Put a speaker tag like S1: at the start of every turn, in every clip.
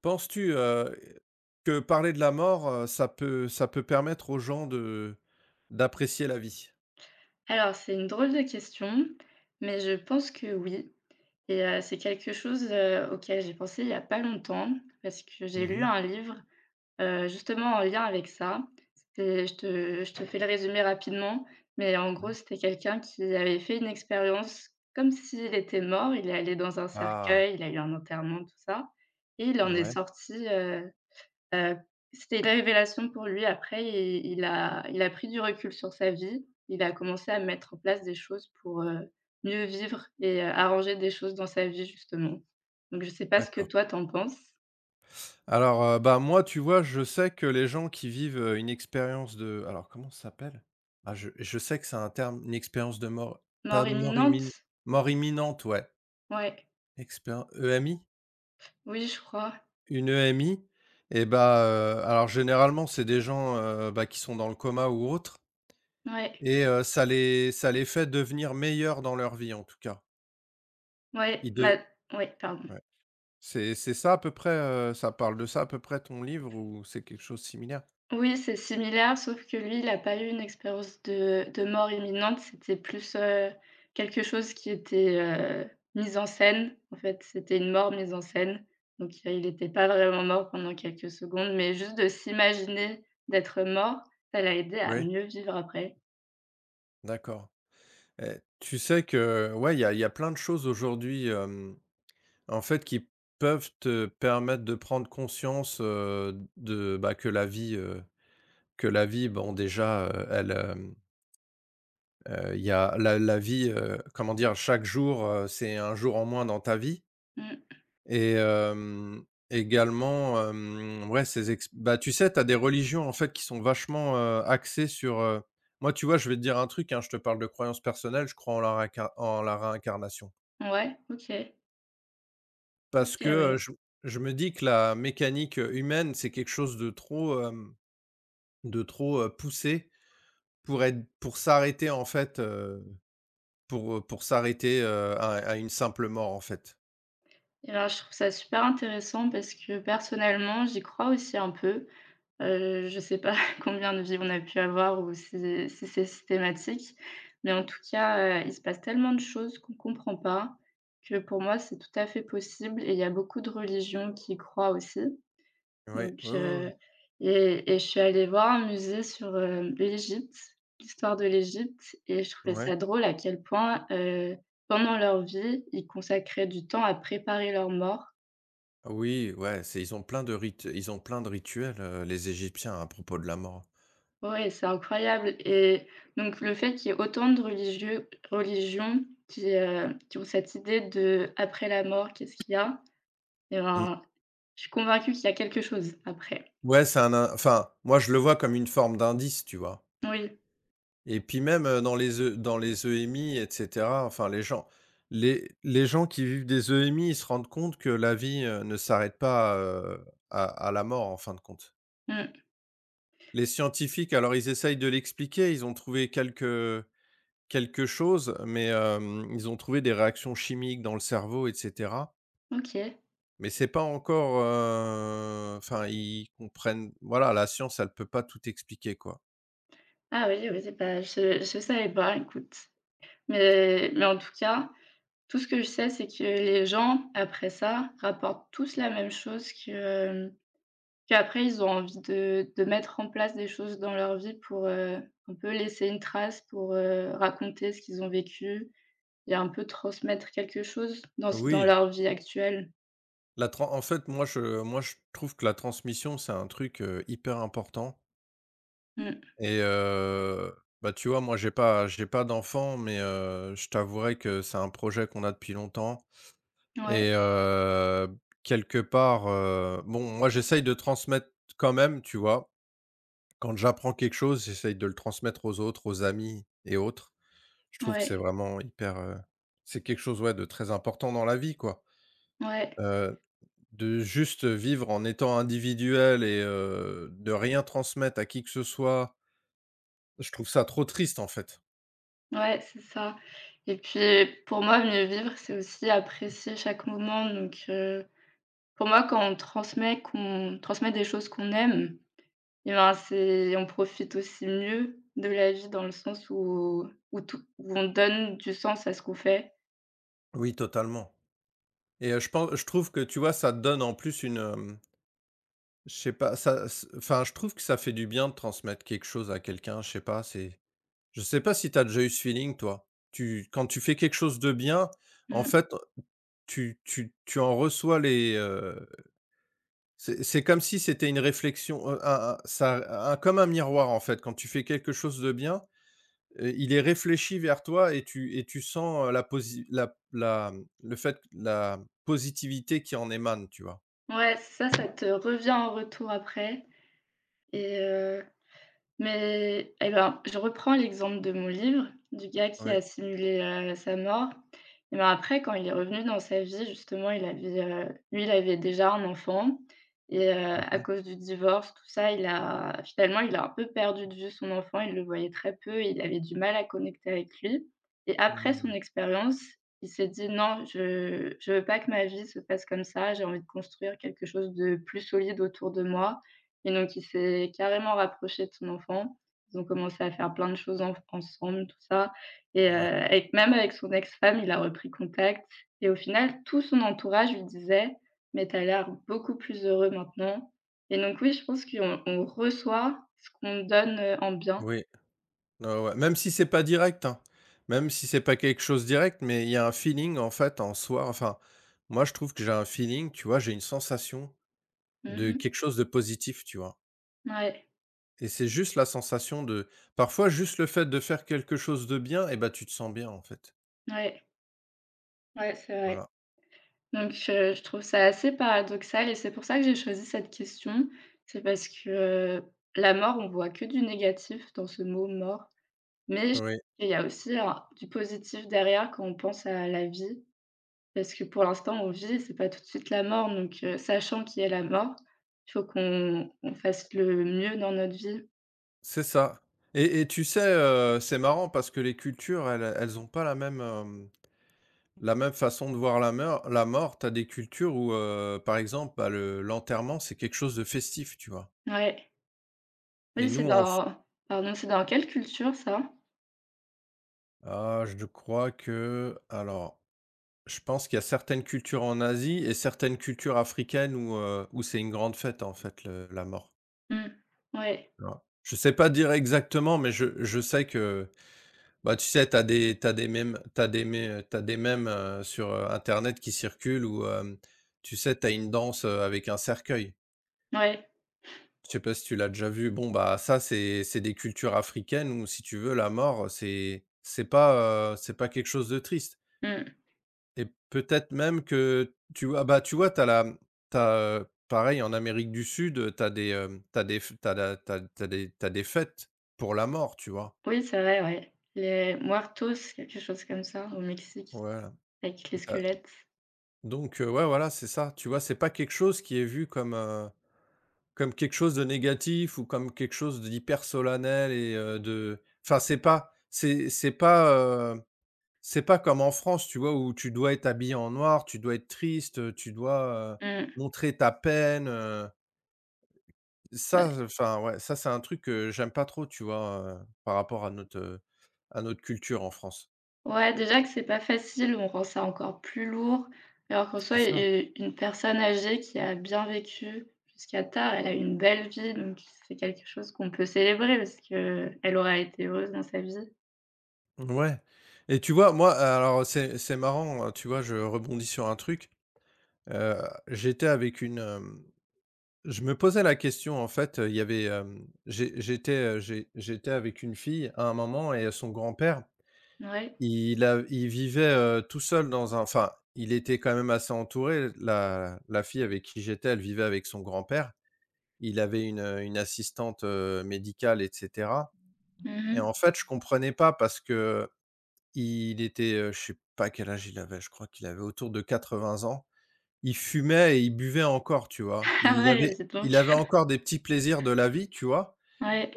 S1: Penses-tu, que parler de la mort, ça peut permettre aux gens de d'apprécier la vie?
S2: Alors, c'est une drôle de question, mais je pense que oui. Et c'est quelque chose, auquel j'ai pensé il y a pas longtemps parce que j'ai lu
S1: Mmh.
S2: un livre, justement en lien avec ça. C'était je te fais le résumé rapidement, mais en gros,
S1: Ouais.
S2: c'était quelqu'un qui avait fait une expérience comme s'il était mort. Il est allé dans un
S1: Ah,
S2: cercueil, il a eu un enterrement, tout ça et il en est
S1: ouais,
S2: sorti. Heu, C'était une révélation pour lui après et il a pris du recul sur sa vie. Il a commencé à mettre en place des choses pour, mieux vivre et arranger des choses dans sa vie justement. Donc je sais pas ce que
S1: d'accord.
S2: toi t'en penses?
S1: Moi, tu vois, je sais que les gens qui vivent, une expérience de alors comment ça s'appelle? Ah, je sais que c'est un terme, une expérience de mort, pas
S2: Mort imminente?
S1: mort imminente, ouais,
S2: Ouais.
S1: expér EMI?
S2: Oui, je crois.
S1: Une EMI et alors généralement, c'est des gens, qui sont dans le coma ou autre.
S2: Ouais.
S1: Et ça les fait devenir meilleurs dans leur vie, en tout cas.
S2: Ouais,
S1: Ils
S2: bah,
S1: de
S2: ouais, pardon.
S1: Ouais. C'est ça à peu près, ça parle de ça à peu près ton livre ou c'est quelque chose de similaire?
S2: Oui, c'est similaire, sauf que lui, il a pas eu une expérience de mort imminente. C'était plus, quelque chose qui était, mis en scène. En fait, c'était une mort mise en scène. Donc il était pas vraiment mort pendant quelques secondes, mais juste de s'imaginer d'être mort, ça l'a aidé à
S1: Oui,
S2: mieux vivre après.
S1: d'accord. Et tu sais que ouais, il y a plein de choses aujourd'hui, en fait, qui peuvent te permettre de prendre conscience, de, bah, que la vie, bon, déjà, il y a la vie, comment dire? Chaque jour, c'est un jour en moins dans ta vie.
S2: Mmh.
S1: Et également, ouais, ces ex bah, tu sais, tu as des religions, en fait, qui sont vachement, axées sur. Moi, tu vois, je vais te dire un truc, hein, je te parle de croyances personnelles, je crois en la réincarnation.
S2: Ouais, OK. OK,
S1: Parce que,
S2: ouais.
S1: je me dis que la mécanique, humaine, c'est quelque chose de trop, poussé pour s'arrêter, en fait, Pour s'arrêter, à une simple mort, en fait?
S2: Et ben, je trouve ça super intéressant parce que personnellement, j'y crois aussi un peu. Je sais pas combien de vies on a pu avoir ou si c'est systématique, mais en tout cas, il se passe tellement de choses qu'on comprend pas que pour moi, c'est tout à fait possible et il y a beaucoup de religions qui y croient aussi,
S1: Ouais,
S2: donc
S1: ouais, ouais, ouais.
S2: heu. Et je suis allée voir un musée sur, l'Égypte, l'histoire de l'Égypte et je trouvais
S1: Ouais.
S2: ça drôle à quel point, pendant leur vie, ils consacraient du temps à préparer leur mort.
S1: Ah oui, ouais, c'est ils ont plein de rites ils ont plein de rituels, les Égyptiens, à propos de la mort.
S2: Ouais, c'est incroyable et donc le fait qu'il y ait autant de religieux religions qui ont cette idée de: «Après la mort, qu'est-ce qu'il y a?» Et
S1: Mmh.
S2: ben, je suis convaincue qu'il y a quelque chose après.
S1: Ouais, c'est un in enfin, moi, je le vois comme une forme d'indice, tu vois?
S2: Oui,
S1: Et puis même, dans les EMI et cetera, enfin les gens qui vivent des EMI, ils se rendent compte que la vie, ne s'arrête pas, à la mort en fin de compte.
S2: mmh,
S1: Les scientifiques, alors ils essayent de l'expliquer, ils ont trouvé quelque chose, mais, ils ont trouvé des réactions chimiques dans le cerveau et cetera,
S2: OK.
S1: mais c'est pas encore, enfin ils comprennent voilà, la science, elle peut pas tout expliquer, quoi.
S2: Ah oui, oui, bah, je savais pas, écoute. Mais en tout cas, tout ce que je sais, c'est que les gens, après ça, rapportent tous la même chose que, euh, puis après, ils ont envie de mettre en place des choses dans leur vie pour, un peu laisser une trace, pour, raconter ce qu'ils ont vécu et un peu transmettre quelque chose dans
S1: Oui.
S2: leur vie actuelle.
S1: La tran En fait, moi, je trouve que la transmission, c'est un truc, hyper important
S2: Mmh.
S1: et bah, tu vois, moi, j'ai pas d'enfant, mais je t'avouerai que c'est un projet qu'on a depuis longtemps et
S2: Ouais,
S1: quelque part, bon, moi, j'essaye de transmettre quand même, tu vois? Quand j'apprends quelque chose, j'essaye de le transmettre aux autres, aux amis et autres. Je trouve que c'est
S2: ouais,
S1: vraiment hyper, c'est quelque chose, ouais, de très important dans la vie, quoi.
S2: ouais,
S1: Heu De juste vivre en étant individuel et de rien transmettre à qui que ce soit, je trouve ça trop triste, en fait.
S2: ouais, c'est ça et puis pour moi, mieux vivre, c'est aussi apprécier chaque moment donc pour moi, quand on transmet qu'on transmet des choses qu'on aime, eh ben, c'est on profite aussi mieux de la vie dans le sens où où tout où on donne du sens à ce qu'on fait.
S1: Oui, totalement et je pense, je trouve que, tu vois, ça donne en plus une, je sais pas, ça s enfin, je trouve que ça fait du bien de transmettre quelque chose à quelqu'un, je sais pas, c'est je sais pas si t'as déjà eu ce feeling, toi? Tu Quand tu fais quelque chose de bien, en
S2: Mmh.
S1: fait, tu en reçois les. C'est comme si c'était une réflexion, un ça un comme un miroir, en fait. Quand tu fais quelque chose de bien, il est réfléchi vers toi et tu sens, la posi la la, mmh, le fait la positivité qui en émane, tu vois?
S2: Ouais, ça te revient en retour après et heu. Mais eh ben, je reprends l'exemple de mon livre, du gars qui a
S1: Oui.
S2: simulé, sa mort et ben, après quand il est revenu dans sa vie justement, il avait, lui, il avait déjà un enfant et
S1: Mmh
S2: à
S1: mh.
S2: cause du divorce, tout ça, il a un peu perdu de vue son enfant, il le voyait très peu et il avait du mal à connecter avec lui et après son
S1: Mmh.
S2: expérience, il s'est dit: «Non, je veux pas que ma vie se passe comme ça, j'ai envie de construire quelque chose de plus solide autour de moi.» Et donc il s'est carrément rapproché de son enfant. Ils ont commencé à faire plein de choses enf ensemble, tout ça et
S1: Ouais.
S2: avec même avec son ex-femme, il a repris contact et au final, tout son entourage lui disait: «Mais tu as l'air beaucoup plus heureux maintenant.» Et donc oui, je pense qu'on on reçoit ce qu'on donne, en bien.
S1: Oui. Ouais, ouais. Même si c'est pas direct, hein. Même si c'est pas quelque chose direct, mais il y a un feeling, en fait, en soi. Enfin, moi, je trouve que j'ai un feeling, tu vois? J'ai une sensation de
S2: Mmh.
S1: quelque chose de positif, tu vois?
S2: Ouais,
S1: Et c'est juste la sensation de parfois juste le fait de faire quelque chose de bien et bah, tu te sens bien en fait.
S2: ouais, ouais, c'est vrai.
S1: Voilà.
S2: Donc je trouve ça assez paradoxal et c'est pour ça que j'ai choisi cette question. C'est parce que, la mort, on voit que du négatif dans ce mot «mort». Mais je,
S1: Oui,
S2: il y a aussi un du positif derrière quand on pense à la vie, parce que pour l'instant on vit, c'est pas tout de suite la mort donc sachant qu'il y a la mort, il faut qu'on on fasse le mieux dans notre vie.
S1: c'est ça. Et tu sais, c'est marrant parce que les cultures elles ont pas la même, la même façon de voir la mort. T'as des cultures où, par exemple, bah, le l'enterrement, c'est quelque chose de festif, tu vois?
S2: Ouais.
S1: Et
S2: Oui, c'est
S1: nous en f
S2: dans pardon, c'est dans quelle culture ça?
S1: ah je crois que alors, je pense qu'il y a certaines cultures en Asie et certaines cultures africaines où c'est une grande fête en fait le la mort.
S2: Mmh. Ouais,
S1: Alors, je sais pas dire exactement, mais je sais que, bah, tu sais, t'as des mèmes, sur, internet qui circulent où, tu sais, t'as une danse, avec un cercueil.
S2: ouais.
S1: Je sais pas si tu l'as déjà vu? Bon, bah, ça, c'est des cultures africaines où, si tu veux, la mort, c'est pas quelque chose de triste
S2: Mmh.
S1: et peut-être même que tu vois, bah, tu vois, t'as la t'as as, pareil en Amérique du Sud, tu des, hem, tu des f t'as la tu as des t'as des fêtes pour la mort, tu vois?
S2: Oui, c'est vrai, ouais. Les muertos, quelque chose comme ça au Mexique,
S1: Voilà,
S2: avec les
S1: tu
S2: squelettes.
S1: donc ouais, voilà, c'est ça. Tu vois, c'est pas quelque chose qui est vu comme quelque chose de négatif ou comme quelque chose d'hyper solennel et de enfin, heu, c'est pas comme en France, tu vois, où tu dois être habillé en noir, tu dois être triste, tu dois,
S2: Mmh.
S1: montrer ta peine, ça, enfin, ouais, ça, c'est un truc que j'aime pas trop, tu vois, par rapport à notre culture en France.
S2: Ouais, déjà que c'est pas facile, on rend ça encore plus lourd. Alors qu'en
S1: C'est
S2: soi,
S1: ça.
S2: u une personne âgée qui a bien vécu jusqu'à tard, elle a une belle vie, donc c'est quelque chose qu'on peut célébrer parce que elle aura été heureuse dans sa vie.
S1: Ouais et tu vois, moi, alors c'est marrant, hein, tu vois, je rebondis sur un truc. Heu, j'étais avec une, hem, je me posais la question, en fait, il y avait, j'étais avec une fille à un moment et son grand-père,
S2: Ouais.
S1: il vivait, tout seul dans un enfin, il était quand même assez entouré. La fille avec qui j'étais, elle vivait avec son grand-père. Il avait une assistante, médicale et cetera et
S2: Mmh.
S1: en fait, je comprenais pas parce que Il était, je sais pas quel âge il avait, je crois qu'il avait autour de 80 ans. Il fumait et il buvait encore, tu vois?
S2: Ah
S1: Il
S2: ouais,
S1: avait
S2: c'est
S1: il
S2: donc.
S1: avait encore des petits plaisirs de la vie, tu vois?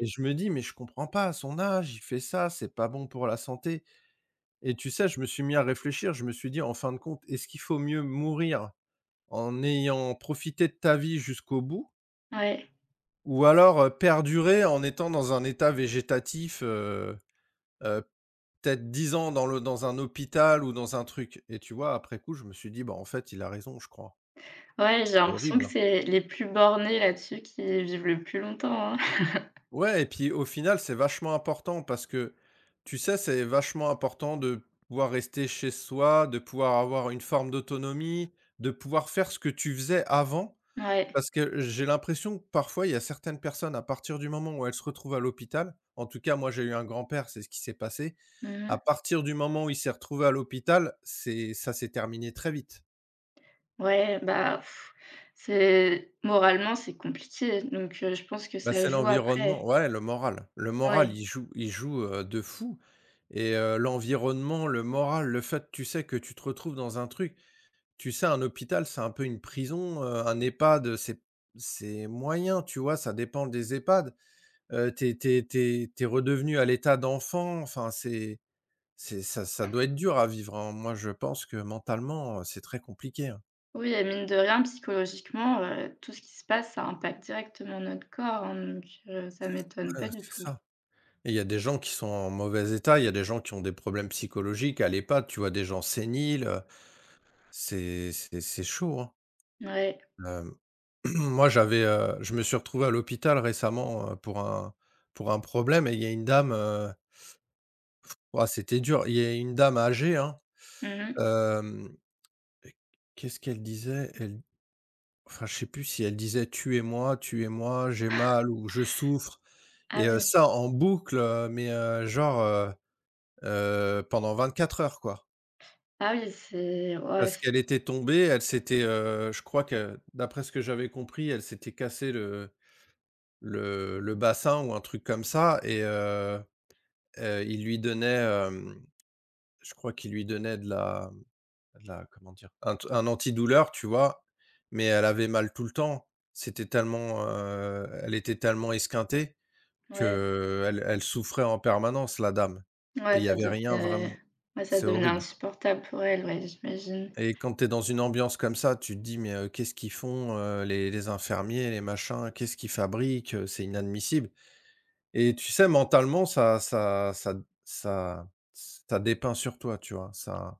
S1: Et je me dis: «Mais je comprends pas, à son âge, il fait ça, c'est pas bon pour la santé», et tu sais, je me suis mis à réfléchir, je me suis dit: «En fin de compte, est-ce qu'il faut mieux mourir en ayant profité de ta vie jusqu'au bout
S2: ouais.
S1: ou alors, perdurer en étant dans un état végétatif, heu, peut-être 10 ans dans un hôpital ou dans un truc». Et tu vois, après coup, je me suis dit: «Bah, en fait, il a raison, je crois».
S2: Ouais, j'ai
S1: C'est
S2: l'impression
S1: horrible,
S2: que
S1: hein.
S2: c'est les plus bornés là-dessus qui vivent le plus longtemps, hein.
S1: Ouais et puis, au final, c'est vachement important parce que, tu sais, c'est vachement important de pouvoir rester chez soi, de pouvoir avoir une forme d'autonomie, de pouvoir faire ce que tu faisais avant.
S2: Ouais.
S1: Parce que j'ai l'impression que, parfois, il y a certaines personnes, à partir du moment où elles se retrouvent à l'hôpital, en tout cas, moi, j'ai eu un grand-père, c'est ce qui s'est passé. À
S2: Mmh.
S1: partir du moment où il s'est retrouvé à l'hôpital, c'est ça s'est terminé très vite.
S2: Ouais, bah, pff, c'est moralement, c'est compliqué, donc je pense que
S1: Bah,
S2: ça
S1: c'est
S2: joue
S1: l'environnement,
S2: après.
S1: ouais, le moral. Le moral,
S2: Ouais.
S1: il joue, de fou et l'environnement, le moral, le fait, tu sais, que tu te retrouves dans un truc, tu sais, un hôpital, c'est un peu une prison, un EHPAD, c'est moyen, tu vois? Ça dépend des EHPAD. T'es t'es t'es es redevenu à l'état d'enfant, enfin, c'est ça ça doit être dur à vivre, hein. Moi, je pense que mentalement, c'est très compliqué, hein.
S2: Oui et mine de rien, psychologiquement, tout ce qui se passe, ça impacte directement notre corps, hein, donc ça m'étonne
S1: Ouais,
S2: pas du
S1: c'est
S2: tout.
S1: ça. Et il y a des gens qui sont en mauvais état, il y a des gens qui ont des problèmes psychologiques à l'EHPAD, tu vois? Des gens séniles, c'est chaud, hein.
S2: Ouais.
S1: Hem, moi j'avais, je me suis retrouvé à l'hôpital récemment, pour un problème et il y a une dame, ouah c'était dur. Il y a une dame âgée, hein,
S2: Mmh.
S1: hem, qu'est-ce qu'elle disait? Elle Enfin je sais plus si elle disait: «Tuez-moi, tuez-moi, j'ai mal» ou «Je souffre», et
S2: Ah oui.
S1: ça en boucle, genre, pendant 24 heures, quoi.
S2: Ah oui, c'est ouais,
S1: Parce
S2: c
S1: qu'elle était tombée, elle s'était, je crois que d'après ce que j'avais compris, elle s'était cassé le bassin ou un truc comme ça, et il lui donnait, je crois qu'il lui donnait de la comment dire? Un antidouleur, tu vois? Mais elle avait mal tout le temps. Elle était tellement esquintée
S2: ouais,
S1: que elle souffrait en permanence, la dame, et
S2: ouais,
S1: il n'y
S2: ça
S1: avait rien
S2: devenait
S1: vraiment.
S2: ouais, ça
S1: C'est
S2: devenait
S1: horrible.
S2: insupportable pour elle, ouais, j'imagine.
S1: Et quand tu es dans une ambiance comme ça, tu te dis: «Mais, qu'est-ce qu'ils font, les infirmiers, les machins? Qu'est-ce qu'ils fabriquent? C'est inadmissible», et tu sais, mentalement, ça dépeint sur toi, tu vois? Ça,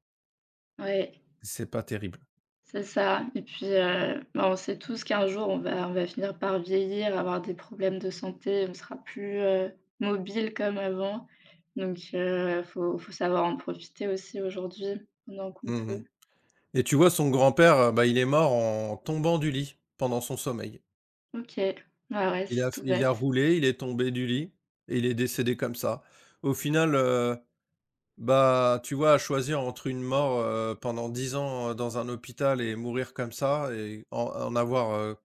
S2: Ouais,
S1: c'est pas terrible.
S2: c'est ça et puis, bah, on sait tous qu'un jour, on va finir par vieillir, avoir des problèmes de santé, on sera plus, mobile comme avant donc faut savoir en profiter aussi aujourd'hui pendant qu'on
S1: Mmh.
S2: peut.
S1: Et tu vois, son grand-père, bah, il est mort en tombant du lit, pendant son sommeil.
S2: OK. Bah, ouais,
S1: Il
S2: c'est
S1: a
S2: tout
S1: il
S2: bête.
S1: a roulé, il est tombé du lit et il est décédé comme ça. Au final, bah, tu vois, à choisir entre une mort, pendant 10 ans, dans un hôpital et mourir comme ça et en avoir,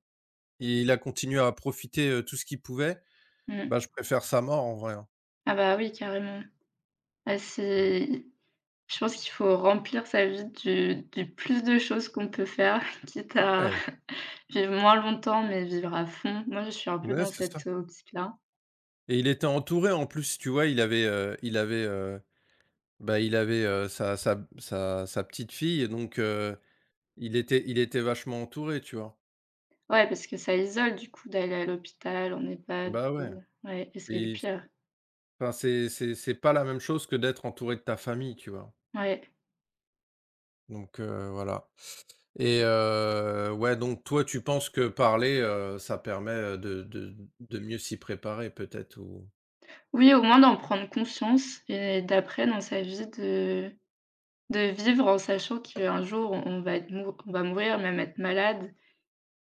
S1: il a continué à profiter, tout ce qu'il pouvait,
S2: Mmh.
S1: bah, je préfère sa mort en vrai, hein.
S2: Ah bah, oui, carrément. Ah, c'est je pense qu'il faut remplir sa vie du plus de choses qu'on peut faire, quitte à
S1: Ouais,
S2: vivre moins longtemps, mais vivre à fond. Moi, je suis un peu
S1: ouais,
S2: dans
S1: c'est ça,
S2: cette, optique-là.
S1: et il était entouré en plus, tu vois? Il avait, sa petite-fille et donc il était vachement entouré, tu vois?
S2: Ouais, parce que ça isole, du coup, d'aller à l'hôpital, en EHPAD
S1: Bah, ouais,
S2: ou ouais et c'est le
S1: et
S2: pire.
S1: enfin, c'est pas la même chose que d'être entouré de ta famille, tu vois?
S2: Ouais.
S1: Donc voilà. Et ouais, donc toi, tu penses que parler, ça permet, de mieux s'y préparer peut-être ou
S2: Oui, au moins d'en prendre conscience et d'après, dans sa vie, de vivre en sachant qu'un jour, on va être mou on va mourir, même être malade.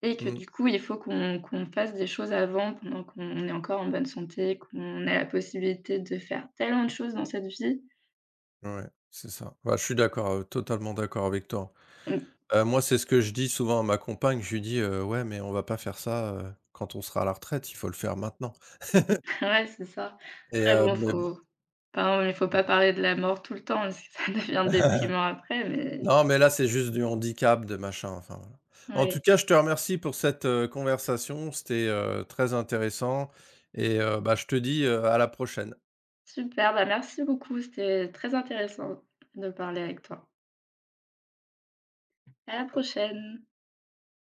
S2: Et que
S1: mmh,
S2: du coup, il faut qu'on fasse des choses avant, pendant qu'on est encore en bonne santé, qu'on ait la possibilité de faire tellement de choses dans cette vie.
S1: ouais, c'est ça. Bah, je suis d'accord, totalement d'accord avec toi.
S2: Mmh,
S1: Moi, c'est ce que je dis souvent à ma compagne, je lui dis, «Ouais, mais on va pas faire ça, quand on sera à la retraite, il faut le faire maintenant»,
S2: ouais, c'est ça.
S1: et
S2: Après bon,
S1: bon
S2: faut enfin, il faut pas parler de la mort tout le temps, parce que ça devient déprimant après, mais
S1: non, mais là, c'est juste du handicap, de machin, enfin, voilà. En tout
S2: ouais.
S1: cas, je te remercie pour cette, conversation, c'était, très intéressant et bah, je te dis, à la prochaine.
S2: Super, bah, merci beaucoup, c'était très intéressant de parler avec toi. À la prochaine.